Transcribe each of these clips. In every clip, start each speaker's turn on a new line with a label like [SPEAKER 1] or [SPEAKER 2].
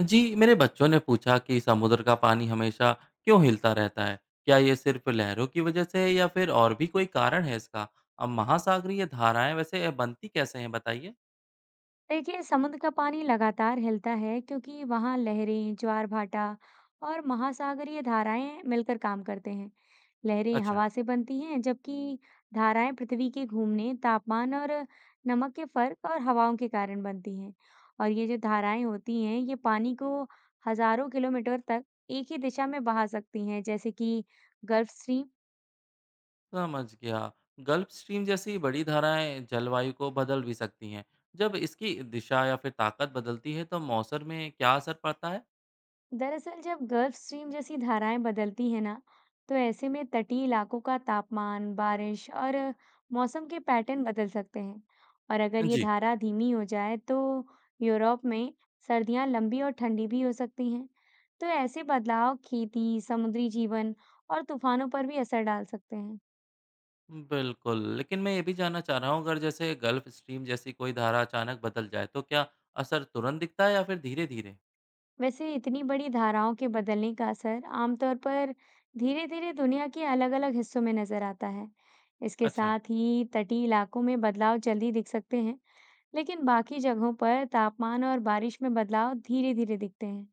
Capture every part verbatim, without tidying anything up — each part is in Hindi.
[SPEAKER 1] जी, मेरे बच्चों ने पूछा कि समुद्र का पानी हमेशा क्यों हिलता रहता है? क्या ये सिर्फ लहरों की वजह से है या फिर और भी कोई कारण है इसका? अब महासागरीय धाराएं वैसे बनती कैसे हैं बताइए?
[SPEAKER 2] देखिए समुद्र का पानी लगातार हिलता है क्योंकि वहाँ लहरें, ज्वार भाटा और महासागरीय धाराएं मिलकर काम करते हैं। लहरें
[SPEAKER 1] अच्छा,
[SPEAKER 2] हवा से बनती हैं, जबकि धाराएं पृथ्वी के घूमने, तापमान और नमक के फर्क और हवाओं के कारण बनती हैं। और ये जो धाराएं होती हैं, ये पानी को हजारों किलोमीटर तक एक ही दिशा में बहा सकती हैं, जैसे कि गल्फ स्ट्रीम।
[SPEAKER 1] समझ गया। गल्फ स्ट्रीम जैसी बड़ी धाराएं जलवायु को बदल भी सकती हैं। जब इसकी दिशा या फिर ताकत बदलती है तो मौसम में क्या असर पड़ता है?
[SPEAKER 2] दरअसल जब गल्फ स्ट्रीम जैसी धाराएं बदलती हैं ना, तो ऐसे में तटीय इलाकों का तापमान, बारिश और मौसम के पैटर्न बदल सकते हैं। और अगर ये
[SPEAKER 1] जी,
[SPEAKER 2] धारा धीमी हो जाए, तो यूरोप में सर्दियां लंबी और ठंडी भी हो सकती हैं। तो ऐसे बदलाव खेती, समुद्री जीवन और तूफानों पर भी असर डाल सकते हैं।
[SPEAKER 1] बिल्कुल। लेकिन मैं ये भी जानना चाह रहा हूँ, अगर जैसे गल्फ स्ट्रीम जैसी कोई धारा अचानक बदल जाए तो क्या असर तुरंत दिखता है या फिर धीरे-धीरे?
[SPEAKER 2] वैसे इतनी बड़ी धाराओं के बदलने का असर आमतौर पर धीरे-धीरे दुनिया के अलग-अलग हिस्सों में नजर आता है। इसके
[SPEAKER 1] अच्छा
[SPEAKER 2] साथ ही तटीय इलाकों में बदलाव जल्दी दिख सकते हैं, लेकिन बाकी जगहों पर तापमान और बारिश में बदलाव धीरे-धीरे दिखते हैं।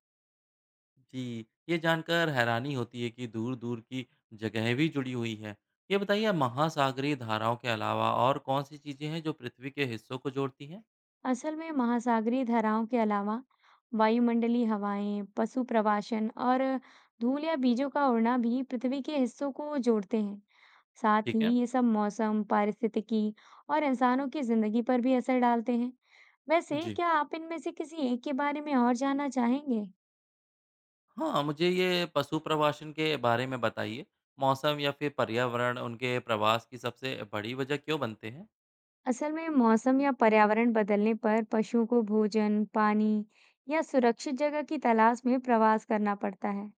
[SPEAKER 1] जी, ये जानकर हैरानी होती है कि दूर-दूर की जगहें भी जुड़ी हुई हैं। ये बताइए, आप महासागरीय धाराओं के अलावा और कौन-सी चीज़ें हैं जो पृथ्वी के हिस्सों को जोड़ती हैं?
[SPEAKER 2] असल में महासागरीय धाराओं के अलावा वायुमंडलीय हवाएं, पशु प्रवासन और धूल या बीजों का उड़ना भी पृथ्वी के हिस्सों को जोड़ते हैं। साथ
[SPEAKER 1] ठीक है।
[SPEAKER 2] ही ये सब मौसम, पारिस्थितिकी और इंसानों की जिंदगी पर भी असर डालते हैं। वैसे
[SPEAKER 1] जी
[SPEAKER 2] क्या आप इनमें से किसी एक के बारे में और जानना चाहेंगे?
[SPEAKER 1] हाँ, मुझे ये पशु प्रवासन के बारे में बताइए। मौसम या फिर पर्यावरण उनके प्रवास की सबसे बड़ी वजह क्यों बनते हैं?
[SPEAKER 2] असल में मौसम या पर्यावरण बदलने पर पशुओं को भोजन, पानी या सुरक्षित जगह की तलाश में प्रवास करना पड़ता है।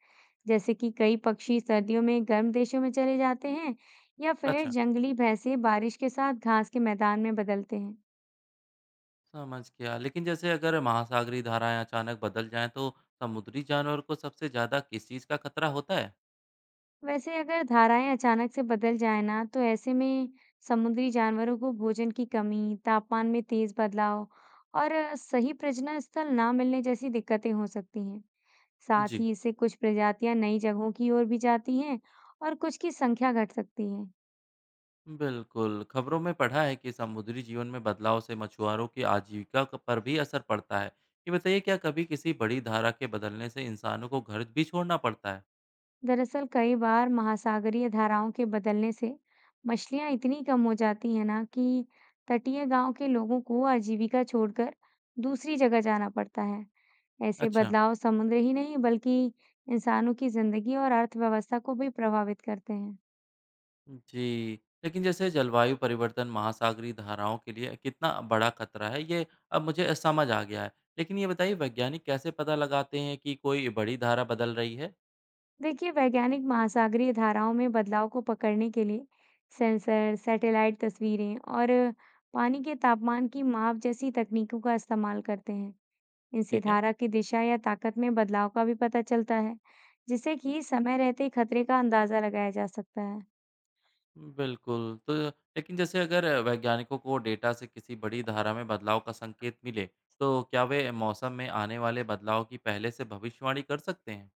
[SPEAKER 2] जैसे कि कई पक्षी सर्दियों में गर्म देशों में चले जाते हैं या फिर
[SPEAKER 1] अच्छा,
[SPEAKER 2] जंगली भैंसे बारिश के साथ घास के मैदान में बदलते हैं।
[SPEAKER 1] समझ गया। लेकिन जैसे अगर महासागरीय धाराएँ अचानक बदल जाएँ तो समुद्री जानवर को सबसे ज़्यादा किस चीज़ का खतरा होता है?
[SPEAKER 2] वैसे अगर धाराएं अचानक से बदल जाए ना तो ऐसे में समुद्री जानवरों को भोजन की कमी, तापमान में तेज बदलाव और अ, सही प्रजनन स्थल ना मिलने जैसी दिक्कतें हो सकती हैं। साथ
[SPEAKER 1] जी।
[SPEAKER 2] ही इससे कुछ प्रजातियां नई जगहों की ओर भी जाती हैं और कुछ की संख्या घट सकती है।
[SPEAKER 1] बिल्कुल, खबरों में पढ़ा है कि समुद्री जीवन में बदलाव से मछुआरों की आजीविका क पर भी असर पड़ता है। ये बताइए, क्या कभी किसी बड़ी धारा के बदलने से इंसानों को घर भी छोड़ना पड़ता है?
[SPEAKER 2] दरअसल कई बार महासागरीय धाराओं के बदलने से मछलियां इतनी कम हो जाती हैं ना कि तटीय गांव के लोगों को आजीविका छोड़कर दूसरी जगह जाना पड़ता है। ऐसे
[SPEAKER 1] अच्छा,
[SPEAKER 2] बदलाव समुद्र ही नहीं बल्कि इंसानों की जिंदगी और अर्थव्यवस्था को भी प्रभावित करते हैं।
[SPEAKER 1] जी। लेकिन जैसे जलवायु परिवर्तन महासागरीय धाराओं के लिए कितना बड़ा खतरा है ये अब मुझे समझ आ गया है। लेकिन ये बताइए, वैज्ञानिक कैसे पता लगाते हैं कि कोई बड़ी धारा बदल रही है?
[SPEAKER 2] देखिए, वैज्ञानिक महासागरीय धाराओं में बदलाव को पकड़ने के लिए सेंसर, सैटेलाइट तस्वीरें और पानी के तापमान की माप जैसी तकनीकों का इस्तेमाल करते हैं। इनसे
[SPEAKER 1] ठीक है।
[SPEAKER 2] धारा की दिशा या ताकत में बदलाव का भी पता चलता है, जिससे कि समय रहते ही खतरे का अंदाजा लगाया जा सकता है।
[SPEAKER 1] बिल्कुल। तो लेकिन जैसे अगर वैज्ञानिकों को डेटा से किसी बड़ी धारा में बदलाव का संकेत मिले, तो क्या वे मौसम में आने वाले बदलाव की पहले से भविष्यवाणी कर सकते हैं?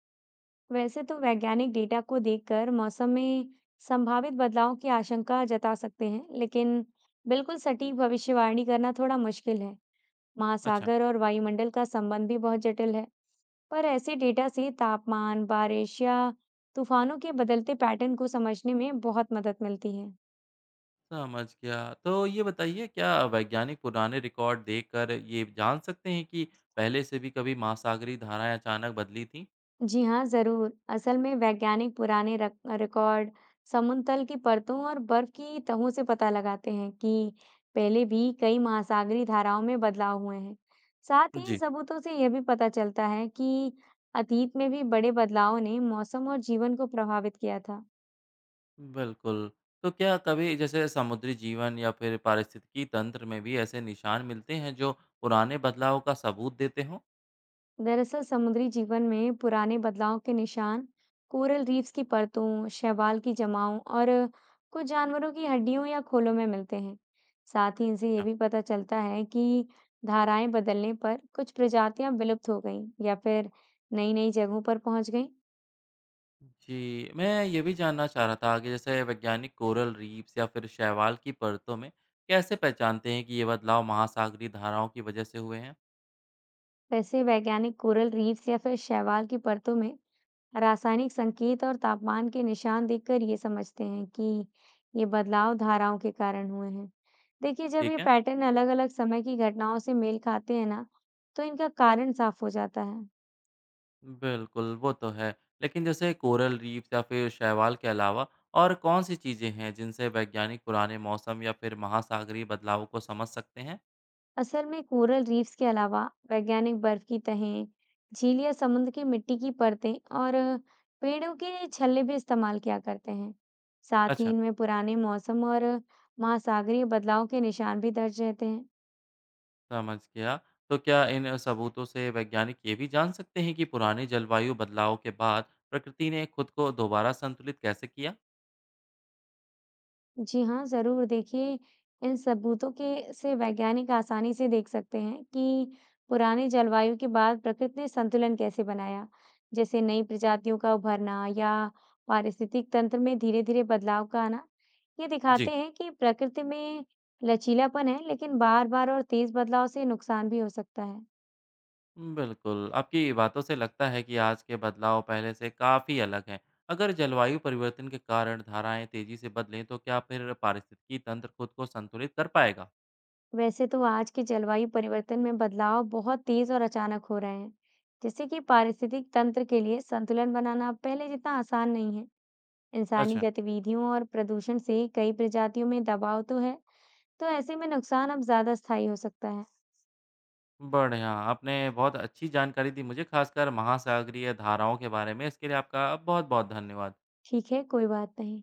[SPEAKER 2] वैसे तो वैज्ञानिक डेटा को देखकर मौसम में संभावित बदलाव की आशंका जता सकते हैं, लेकिन बिल्कुल सटीक भविष्यवाणी करना थोड़ा मुश्किल है।
[SPEAKER 1] अच्छा,
[SPEAKER 2] महासागर और वायुमंडल का संबंध भी बहुत जटिल है, पर ऐसे डेटा से तापमान, बारिश या तूफानों के बदलते पैटर्न को समझने में बहुत मदद मिलती है।
[SPEAKER 1] समझ गया। तो ये बताइए, क्या वैज्ञानिक पुराने रिकॉर्ड देखकर ये जान सकते हैं कि पहले से भी कभी महासागरीय धाराएँ अचानक बदली थीं?
[SPEAKER 2] जी हाँ, ज़रूर। असल में वैज्ञानिक पुराने रक रिकॉर्ड, समुद्र तल की परतों और बर्फ की तहों से पता लगाते हैं कि पहले भी कई महासागरीय धाराओं में बदलाव हुए हैं। साथ ही इन
[SPEAKER 1] जी,
[SPEAKER 2] सबूतों से यह भी पता चलता है कि अतीत में भी बड़े बदलावों ने मौसम और जीवन को प्रभावित किया था।
[SPEAKER 1] बिल्कुल। तो क्या कभी जैसे समुद्री जीवन या फिर पारिस्थितिकी तंत्र में भी ऐसे निशान मिलते हैं जो पुराने बदलाव का सबूत देते हों?
[SPEAKER 2] दरअसल समुद्री जीवन में पुराने बदलाव के निशान कोरल रीफ्स की परतों, शैवाल की जमाओं और कुछ जानवरों की हड्डियों या खोलों में मिलते हैं। साथ ही इनसे ये
[SPEAKER 1] अच्छा।
[SPEAKER 2] भी पता चलता है कि धाराएं बदलने पर कुछ प्रजातियां विलुप्त हो गईं या फिर नई नई जगहों पर पहुंच गईं।
[SPEAKER 1] जी, मैं ये भी जानना चाह रहा था कि जैसे वैज्ञानिक कोरल रीफ्स या फिर शैवाल की परतों में कैसे पहचानते हैं कि ये बदलाव महासागरीय धाराओं की वजह से हुए हैं?
[SPEAKER 2] वैसे वैज्ञानिक कोरल रीफ्स या फिर शैवाल की परतों में रासायनिक संकेत और तापमान के निशान देखकर ये समझते हैं कि ये बदलाव धाराओं के कारण हुए हैं। देखिए, जब ये
[SPEAKER 1] ठीक है,
[SPEAKER 2] पैटर्न अलग-अलग समय की घटनाओं से मेल खाते हैं ना, तो इनका कारण साफ हो जाता है।
[SPEAKER 1] बिल्कुल। वो तो है। लेकिन जैसे कोरल रीफ्स या फिर शैवाल के अलावा और कौन सी चीजें हैं जिनसे वैज्ञानिक पुराने मौसम या फिर महासागरीय बदलावों को समझ सकते हैं?
[SPEAKER 2] असल में कोरल रीफ्स के अलावा वैज्ञानिक बर्फ की तहें, झील या समुद्र की मिट्टी की परतें और पेड़ों के छल्ले भी इस्तेमाल किया करते हैं। साथ ही
[SPEAKER 1] अच्छा,
[SPEAKER 2] इनमें पुराने मौसम और महासागरीय बदलाव के निशान भी दर्ज रहते हैं।
[SPEAKER 1] समझ गया। तो क्या इन सबूतों से वैज्ञानिक ये भी जान सकते हैं कि पुराने जलवायु बदलाव के बाद प्रकृति ने खुद को दोबारा संतुलित कैसे किया?
[SPEAKER 2] जी हाँ, ज़रूर। देखिए, इन सबूतों के से वैज्ञानिक आसानी से देख सकते हैं कि पुराने जलवायु के बाद प्रकृति ने संतुलन कैसे बनाया, जैसे नई प्रजातियों का उभरना या पारिस्थितिक तंत्र में धीरे-धीरे बदलाव का आना। ये
[SPEAKER 1] जी,
[SPEAKER 2] दिखाते हैं कि प्रकृति में लचीलापन है, लेकिन बार-बार और तेज़ बदलाव से नुकसान भी हो सकता है।
[SPEAKER 1] बिल्कुल। आपकी बातों से लगता है कि आज के बदलाव पहले से काफ़ी अलग हैं। अगर जलवायु परिवर्तन के कारण धाराएँ तेज़ी से बदलें, तो क्या फिर पारिस्थितिकी तंत्र खुद को संतुलित कर पाएगा?
[SPEAKER 2] वैसे तो आज के जलवायु परिवर्तन में बदलाव बहुत तेज़ और अचानक हो रहे हैं, जिससे कि पारिस्थितिक तंत्र के लिए संतुलन बनाना पहले जितना आसान नहीं है। इंसानी
[SPEAKER 1] अच्छा,
[SPEAKER 2] गतिविधियों और प्रदूषण से कई प्रजातियों में दबाव तो है, तो ऐसे में नुकसान अब ज्यादा स्थायी हो सकता है।
[SPEAKER 1] बढ़िया, आपने बहुत अच्छी जानकारी दी मुझे, खासकर महासागरीय धाराओं के बारे में। इसके लिए आपका बहुत-बहुत धन्यवाद।
[SPEAKER 2] ठीक है, कोई बात नहीं।